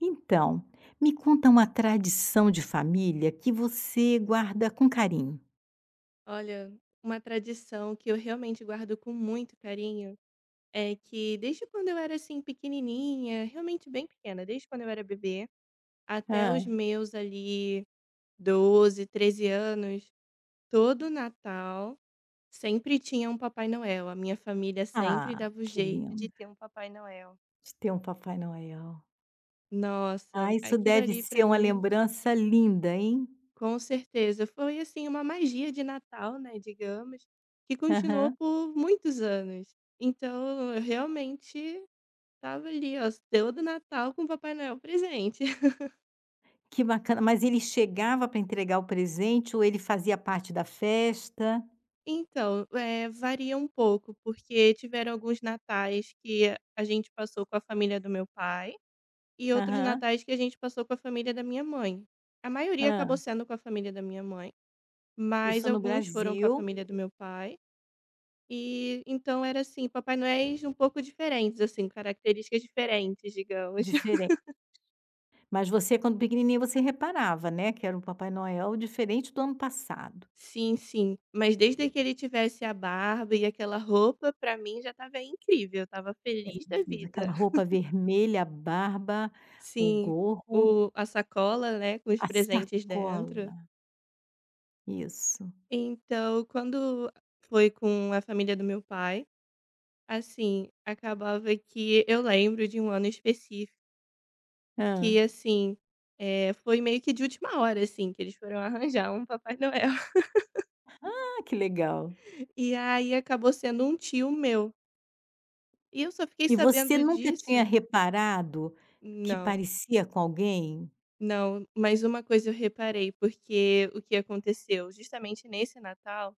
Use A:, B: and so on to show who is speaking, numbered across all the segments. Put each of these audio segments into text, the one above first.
A: Então, me conta uma tradição de família que você guarda com carinho.
B: Olha, uma tradição que eu realmente guardo com muito carinho é que desde quando eu era assim pequenininha, realmente bem pequena, desde quando eu era bebê até
A: Hã.
B: os meus ali 12, 13 anos, todo Natal sempre tinha um Papai Noel. A minha família sempre
A: Ah,
B: dava o
A: que
B: jeito de
A: lindo.
B: ter um Papai Noel.
A: De ter um Papai Noel.
B: Nossa,
A: Ah, isso
B: aquilo
A: deve
B: ali pra
A: ser uma
B: mim.
A: lembrança linda, hein.
B: Com certeza. Foi, assim, uma magia de Natal, né, digamos, que continuou
A: Aham.
B: por muitos anos. Então, eu realmente estava ali, ó, deu do Natal com o Papai Noel presente.
A: Que bacana. Mas ele chegava para entregar o presente ou ele fazia parte da festa?
B: Então, varia um pouco, porque tiveram alguns natais que a gente passou com a família do meu pai e outros
A: Aham.
B: natais que a gente passou com a família da minha mãe. A maioria acabou
A: Hã.
B: sendo com a família da minha mãe, mas
A: Isso no
B: alguns foram com a
A: Brasil,
B: família do meu pai. E então era assim, Papai Noéis um pouco diferentes, assim, características diferentes, digamos.
A: diferente. Mas você, quando pequenininha, você reparava, né, que era um Papai Noel diferente do ano passado.
B: Sim, sim. Mas desde que ele tivesse a barba e aquela roupa, pra mim já estava incrível, eu estava
A: Era
B: feliz da
A: incrível, aquela
B: vida.
A: roupa vermelha, a barba, o
B: Sim,
A: gorro,
B: o a sacola, né, com os
A: a
B: presentes dentro.
A: sacola. Isso.
B: Então, quando foi com a família do meu pai, assim, acabava que eu lembro de um ano específico que,
A: Hã.
B: assim, foi meio que de última hora, assim, que eles foram arranjar um Papai Noel.
A: Ah, que legal.
B: E aí acabou sendo um tio meu. E eu só fiquei
A: E você
B: sabendo
A: nunca tinha
B: disso.
A: reparado que
B: Não,
A: parecia com alguém?
B: não, mas uma coisa eu reparei, porque o que aconteceu justamente nesse Natal,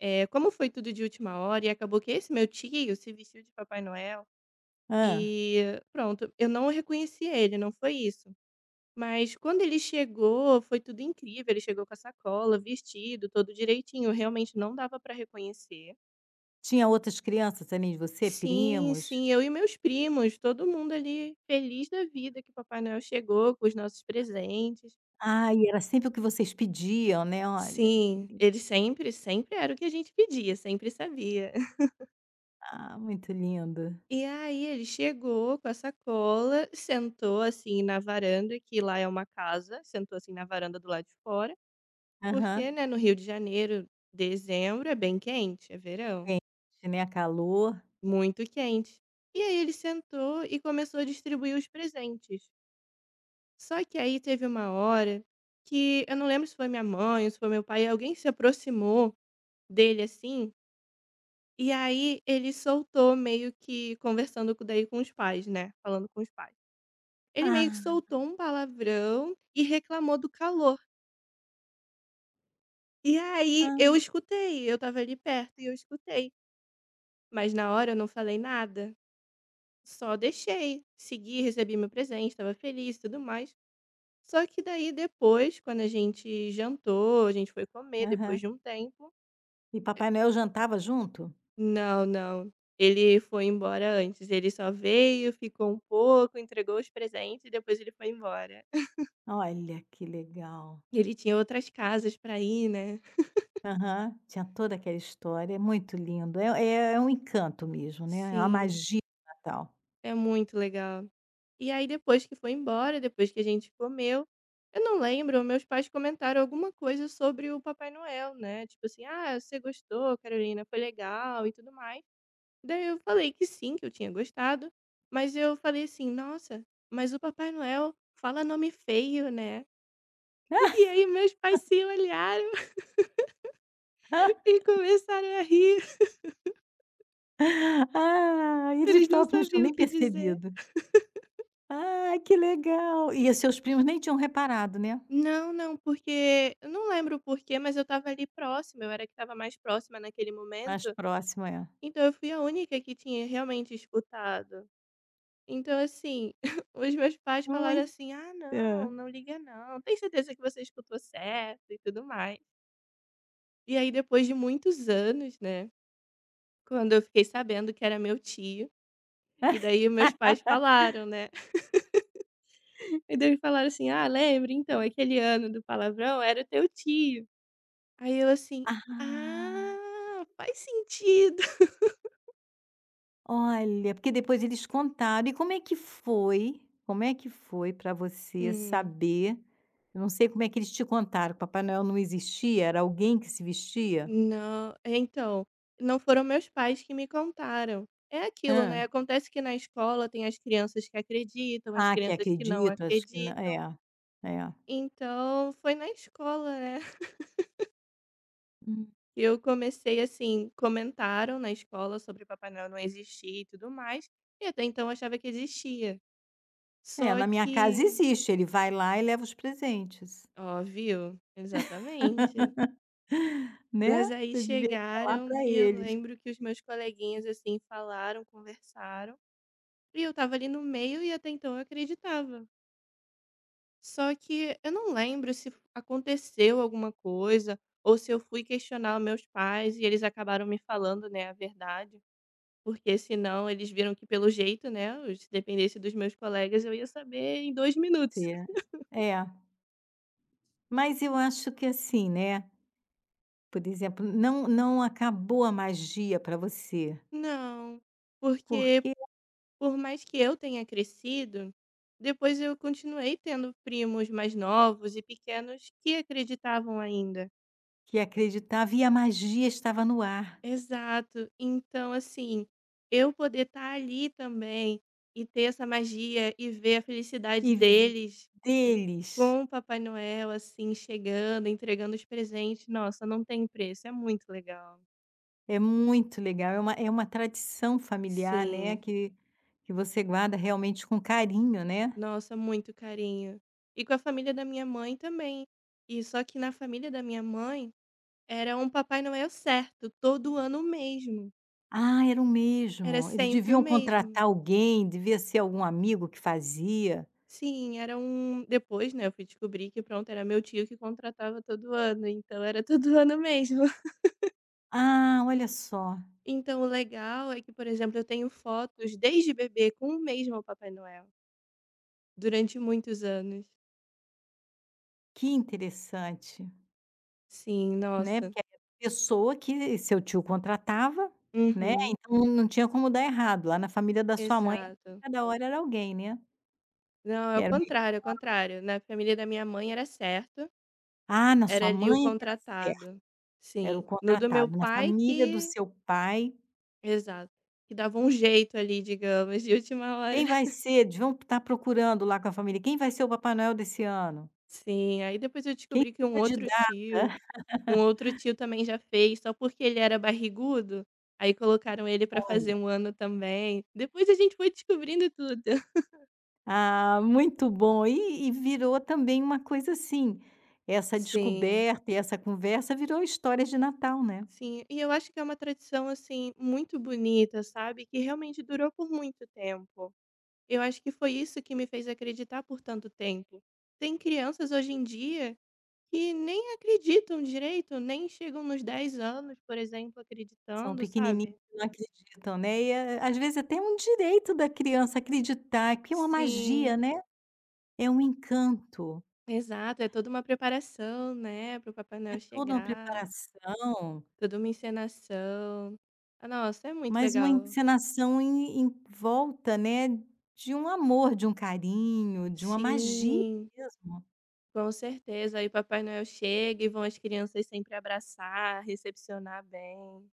B: é como foi tudo de última hora e acabou que esse meu tio se vestiu de Papai Noel
A: Hã.
B: e pronto, eu não reconheci ele, não foi isso. Mas quando ele chegou, foi tudo incrível, ele chegou com a sacola, vestido, todo direitinho, realmente não dava para reconhecer.
A: Tinha outras crianças além de você,
B: Sim,
A: primos?
B: sim, eu e meus primos, todo mundo ali feliz da vida que o Papai Noel chegou com os nossos presentes.
A: Ah, e era sempre o que vocês pediam, né, olha, que
B: Sim,
A: lindo.
B: ele sempre, sempre era o que a gente pedia, sempre sabia.
A: Ah, muito lindo.
B: E aí ele chegou com a sacola, sentou assim na varanda, que lá é uma casa, sentou assim na varanda do lado de fora, porque,
A: Aham.
B: né, no Rio de Janeiro, dezembro é bem quente, é verão,
A: Quente, né, calor.
B: muito quente. E aí ele sentou e começou a distribuir os presentes. Só que aí teve uma hora que eu não lembro se foi minha mãe ou se foi meu pai, alguém se aproximou dele assim, e aí ele soltou meio que conversando co daí com os pais, né, falando com os pais. Ele meio que
A: Ah,
B: soltou um palavrão e reclamou do calor. E aí eu
A: ah.
B: escutei, eu estava ali perto e eu escutei, mas na hora eu não falei nada, só deixei, segui, recebi meu presente, estava feliz e tudo mais. Só que daí depois, quando a gente jantou, a gente foi comer depois
A: Aham.
B: de um tempo.
A: E Papai Noel jantava junto?
B: Não, não. Ele foi embora antes. Ele só veio, ficou um pouco, entregou os presentes e depois ele foi embora.
A: Olha, que legal.
B: E ele tinha outras casas pra ir, né?
A: Aham. Tinha toda aquela história, é muito lindo, é um encanto mesmo, né, é uma
B: Sim,
A: magia do Natal.
B: é muito legal. E aí depois que foi embora, depois que a gente comeu, eu não lembro, meus pais comentaram alguma coisa sobre o Papai Noel, né? Tipo assim, ah, você gostou, Carolina, foi legal e tudo mais. Daí eu falei que sim, que eu tinha gostado, mas eu falei assim: "Nossa, mas o Papai Noel fala nome feio, né?". E aí meus pais se olharam e começaram a rir,
A: Ah, eles
B: eles não
A: próprios não tinham
B: sabiam o
A: nem
B: que dizer.
A: percebido. Ah, que legal. E os seus primos nem tinham reparado, né?
B: "Não, não, porque" eu não lembro o porquê, mas eu estava ali próxima, eu era que estava mais próxima naquele
A: Mais
B: momento,
A: próximo, é.
B: então eu fui a única que tinha realmente escutado. Então assim, os meus pais falaram
A: Muito.
B: assim: "Ah não, não liga não, tem certeza que você escutou certo e tudo mais". E aí depois de muitos anos, né, quando eu fiquei sabendo que era meu tio, e daí meus pais falaram, né, e daí falaram assim: "Ah, lembra então, aquele ano do palavrão era o teu tio". Aí eu assim:
A: Ah.
B: "Ah, faz sentido".
A: Olha, porque depois eles contaram. E como é que foi para você
B: Hum,
A: saber eu não sei como é que eles te contaram, Papai Noel não existia? Era alguém que se vestia?
B: não é então, não foram meus pais que me contaram. É aquilo, né,
A: Hã.
B: acontece que na escola tem as crianças que acreditam, as
A: Ah, que
B: crianças que não
A: acredito. Acho que na é,
B: acreditam,
A: é.
B: então foi na escola, né.
A: Hum.
B: Eu comecei assim, comentaram na escola sobre o Papai Noel não existir e tudo mais, e até então eu achava que existia.
A: É,
B: Só
A: na minha casa
B: que
A: existe, ele vai lá e leva os presentes,
B: ó, viu? Exatamente.
A: né.
B: Mas aí
A: Você devia falar
B: chegaram
A: para
B: e eu
A: eles.
B: lembro que os meus coleguinhas, assim, falaram, conversaram, e eu estava ali no meio e até então eu acreditava. Só que eu não lembro se aconteceu alguma coisa ou se eu fui questionar os meus pais e eles acabaram me falando, né, a verdade. Porque senão eles viram que pelo jeito, né, se dependesse dos meus colegas eu ia saber em 2 minutos.
A: Você é. Mas eu acho que assim, né, por exemplo, não acabou a magia para você,
B: Não, porque
A: porque
B: por mais que eu tenha crescido, depois eu continuei tendo primos mais novos e pequenos que acreditavam ainda.
A: Que acreditava e a magia estava no ar,
B: Exato. Então, assim, eu poder estar ali também e ter essa magia e ver a felicidade
A: e v
B: deles
A: deles.
B: com o Papai Noel, assim, chegando, entregando os presentes, nossa, não tem preço, é muito legal.
A: É muito legal, é uma tradição familiar, né,
B: Sim,
A: que você guarda realmente com carinho, né.
B: nossa, muito carinho. E com a família da minha mãe também. E só que na família da minha mãe era um Papai Noel certo, todo ano o mesmo.
A: Ah, era o
B: Era
A: mesmo. Eles
B: sempre o
A: deviam
B: mesmo.
A: contratar alguém, devia ser algum amigo que fazia.
B: Sim, era um depois, né, eu fui descobrir que pronto, era meu tio que contratava todo ano, então era todo ano mesmo.
A: Ah, olha só,
B: Então o legal é que, por exemplo, eu tenho fotos desde bebê com o mesmo Papai Noel, durante muitos anos.
A: que interessante,
B: Sim,
A: né,
B: nossa.
A: porque aí a pessoa que seu tio contratava, né,
B: Uhum,
A: então não tinha como dar errado, lá na família da sua mãe,
B: exato.
A: cada hora era alguém, né.
B: Não, é o
A: Era
B: contrário, é o contrário. Na família da minha mãe era certo,
A: Ah, na
B: era
A: sua
B: ali o
A: mãe é que era certo,
B: contratado.
A: era o
B: Sim. No do meu
A: contratado, na
B: pai
A: família do
B: que
A: seu pai,
B: exato, que dava um jeito ali, digamos, de última hora.
A: quem vai ser eles vão estar procurando lá com a família, quem vai ser o Papai Noel desse ano?
B: Sim, aí depois eu
A: Quem
B: descobri que um
A: se
B: outro
A: candidata?
B: tio um outro tio também já fez, só porque ele era barrigudo, aí colocaram ele pra fazer
A: Olha.
B: um ano também. Depois a gente foi descobrindo tudo.
A: Ah, muito bom. E virou também uma coisa assim, essa
B: Sim,
A: descoberta e essa conversa virou histórias de Natal, né.
B: sim. E eu acho que é uma tradição, assim, muito bonita, sabe, que realmente durou por muito tempo. Eu acho que foi isso que me fez acreditar por tanto tempo. Tem crianças hoje em dia que nem acreditam direito, nem chegam nos 10 anos, por exemplo,
A: São
B: acreditando,
A: pequenininhos
B: sabe.
A: que não acreditam, né, e é às vezes até é um direito da criança acreditar, que é uma magia,
B: Sim.
A: né, é um encanto,
B: Exato, é toda uma preparação, né, para o Papai
A: é
B: Noel
A: toda uma
B: chegar,
A: preparação.
B: toda uma encenação. Ah, nossa, é muito
A: Mas uma
B: legal.
A: encenação em volta, né, de um amor, de um carinho, de uma magia
B: Sim,
A: mesmo,
B: com certeza. Aí Papai Noel chega e vão as crianças sempre abraçar, recepcionar bem.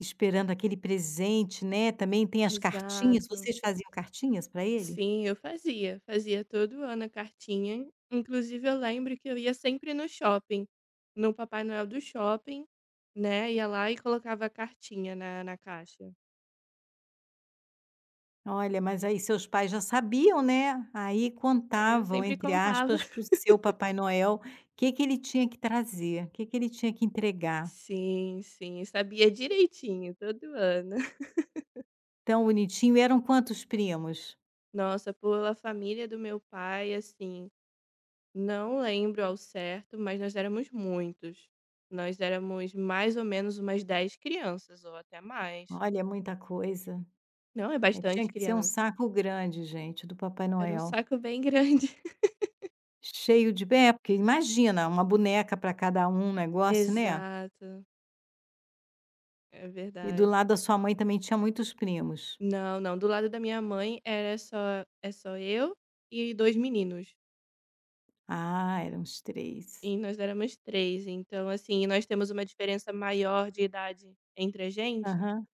A: esperando aquele presente, né, também tem as cartinhas,
B: Exato.
A: vocês faziam cartinhas para ele?
B: Sim, eu fazia, fazia todo ano a cartinha. Inclusive, eu lembro que eu ia sempre no shopping, no Papai Noel do shopping, né? Ia lá e colocava a cartinha na caixa.
A: Olha, mas aí seus pais já sabiam, né, aí
B: É, eu
A: contavam,
B: sempre
A: entre
B: contava.
A: aspas, para o seu Papai Noel, o que que ele tinha que trazer, o que que ele tinha que entregar.
B: Sim, sim, sabia direitinho, todo ano.
A: Tão bonitinho, e eram quantos primos?
B: Nossa, pela família do meu pai, assim, não lembro ao certo, mas nós éramos muitos. Nós éramos mais ou menos umas 10 crianças, ou até mais.
A: Olha, muita coisa.
B: Não, é
A: Tinha
B: bastante
A: que ser um
B: criança.
A: saco grande, gente, do Papai
B: Era um
A: Noel.
B: saco bem grande.
A: Cheio de bem, é, porque imagina, uma boneca para cada um, um negócio, né.
B: Exato, é
A: E do
B: verdade.
A: lado da sua mãe também tinha muitos primos?
B: Não, não, do lado da minha mãe era só, é só eu e dois meninos.
A: Ah, eram uns três.
B: E nós éramos 3 então, assim, nós temos uma diferença maior de idade entre a gente,
A: Aham,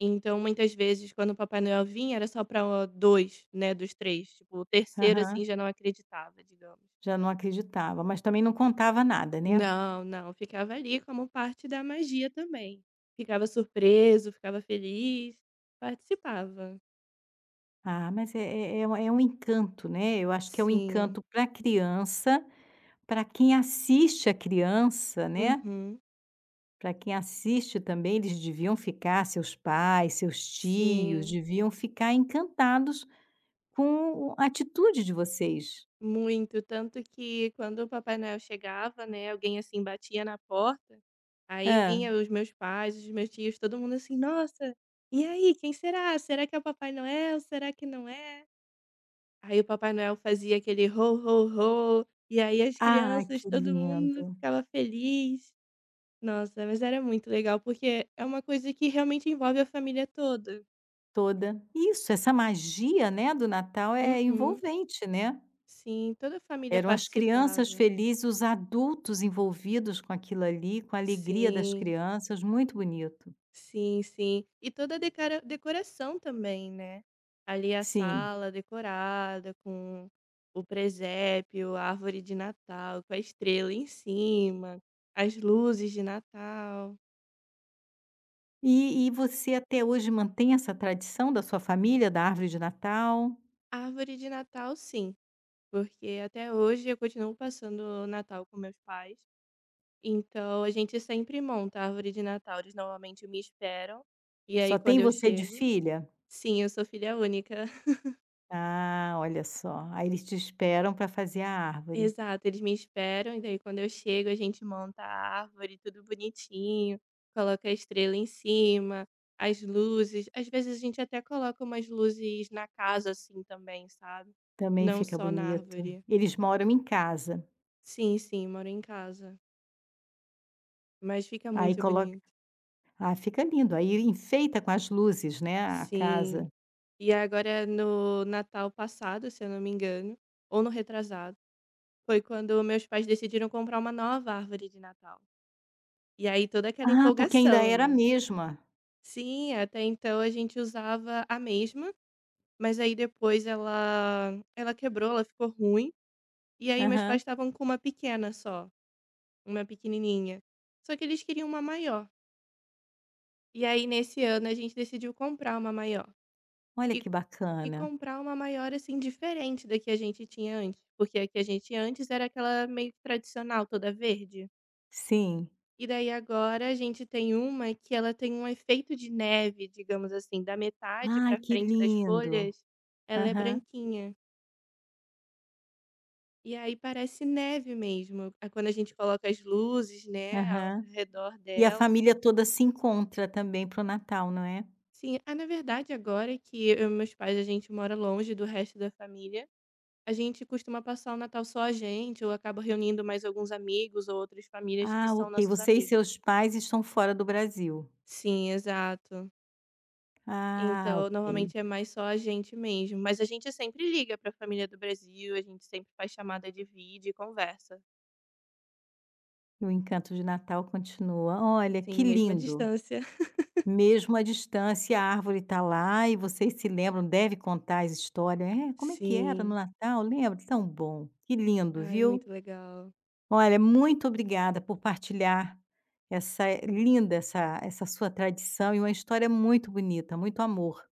B: então muitas vezes quando o Papai Noel vinha era só pra 2 né, dos três, tipo o terceiro, assim,
A: aham.
B: já não acreditava, digamos.
A: Já não acreditava, mas também não contava nada, né.
B: Não, não, ficava ali como parte da magia também. Ficava surpreso, ficava feliz, participava.
A: Ah, mas é um é um encanto, né. Eu acho que é um
B: Sim.
A: encanto para a criança, para quem assiste a criança, né.
B: Uhum.
A: Para quem assiste também, eles deviam ficar seus pais, seus tios,
B: Sim.
A: deviam ficar encantados com a atitude de vocês.
B: Muito, tanto que quando o Papai Noel chegava, né, alguém assim batia na porta, aí
A: Hã.
B: vinha os meus pais, os meus tios, todo mundo assim: "Nossa, e aí, quem será? Será que é o Papai Noel? Será que não é?". Aí o Papai Noel fazia aquele "ho, ho, ho", e aí as
A: Ah,
B: crianças,
A: que
B: todo mundo
A: lindo.
B: ficava feliz. Nossa, mas era muito legal, porque é uma coisa que realmente envolve a família toda.
A: Toda isso, essa magia, né, do Natal é
B: Uhum.
A: envolvente, né.
B: Sim, toda a família
A: Eram as crianças
B: participava.
A: felizes, os adultos envolvidos com aquilo ali, com a alegria das
B: Sim.
A: crianças, muito bonito.
B: Sim, sim. E toda a decara decoração também, né. Ali a
A: Sim.
B: sala decorada com o presépio, a árvore de Natal com a estrela em cima, as luzes de Natal.
A: E você até hoje mantém essa tradição da sua família, da árvore de Natal?
B: A árvore de Natal sim, porque até hoje eu continuo passando o Natal com meus pais, então a gente sempre monta a árvore de Natal, eles normalmente me esperam, e aí
A: Só tem
B: quando eu
A: você de
B: chego.
A: filha?
B: Sim, eu sou filha única.
A: Ah, olha só, aí eles te esperam para fazer a árvore.
B: Exato, eles me esperam e daí quando eu chego a gente monta a árvore, tudo bonitinho, coloca a estrela em cima, as luzes. Às vezes a gente até coloca umas luzes na casa assim também, sabe?
A: Também
B: Não
A: fica
B: só na
A: bonito.
B: árvore.
A: Eles moram em casa,
B: Sim, sim, moro em casa, mas fica
A: aí
B: muito
A: colo
B: bonito.
A: Ah, fica lindo. Aí enfeita com as luzes, né, a casa.
B: Sim. E agora no Natal passado, se eu não me engano, ou no retrasado, foi quando meus pais decidiram comprar uma nova árvore de Natal. E aí toda aquela
A: Ah, porque ainda
B: empolgação,
A: era a
B: né?
A: mesma.
B: Sim, até então a gente usava a mesma, mas aí depois ela quebrou, ela ficou ruim, e aí meus pais
A: Aham.
B: estavam com uma pequena só, uma pequenininha. Só que eles queriam uma maior. E aí nesse ano a gente decidiu comprar uma maior.
A: Olha
B: E,
A: que
B: e
A: bacana.
B: comprar uma maior assim diferente da que a gente tinha antes, porque a que a gente tinha antes era aquela meio que tradicional, toda verde.
A: Sim.
B: E daí agora a gente tem uma que ela tem um efeito de neve, digamos assim, da metade
A: Ai,
B: para
A: que
B: frente das
A: lindo.
B: folhas, ela é
A: Aham,
B: branquinha. E aí parece neve mesmo. Ah, quando a gente coloca as luzes, né, ao
A: aham.
B: redor
A: E a
B: dela.
A: família toda se encontra também para o Natal, não é?
B: Sim, ah, na verdade agora é que eu e meus pais, a gente mora longe do resto da família, a gente costuma passar o Natal só a gente ou acaba reunindo mais alguns amigos ou outras famílias que
A: Ah,
B: são
A: ok.
B: nossos
A: Você e
B: amigos.
A: seus pais estão fora do Brasil.
B: Sim, exato.
A: Ah,
B: Então,
A: ok.
B: normalmente é mais só a gente mesmo, mas a gente sempre liga para a família do Brasil, a gente sempre faz chamada de vídeo e conversa.
A: E o encanto de Natal continua. Olha, que
B: Sim, mesma
A: lindo.
B: distância.
A: Mesmo à distância, a árvore está lá e vocês se lembram, deve contar as histórias. "É, como é que era no
B: Sim.
A: Natal, lembra? Tão bom, que lindo,
B: Ai,
A: viu?
B: muito legal.
A: Olha, muito obrigada por partilhar essa linda essa essa sua tradição e uma história muito bonita, muito amor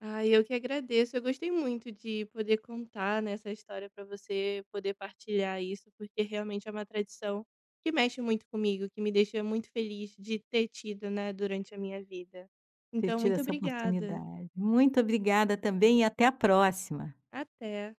B: Ai, eu que agradeço. Eu gostei muito de poder contar, né, essa história para você, poder partilhar isso, porque realmente é uma tradição que mexe muito comigo, que me deixa muito feliz de ter tido, né, durante a minha vida.
A: ter
B: Então,
A: tido
B: muito
A: essa
B: obrigada.
A: oportunidade. Muito obrigada também e até a próxima.
B: Até.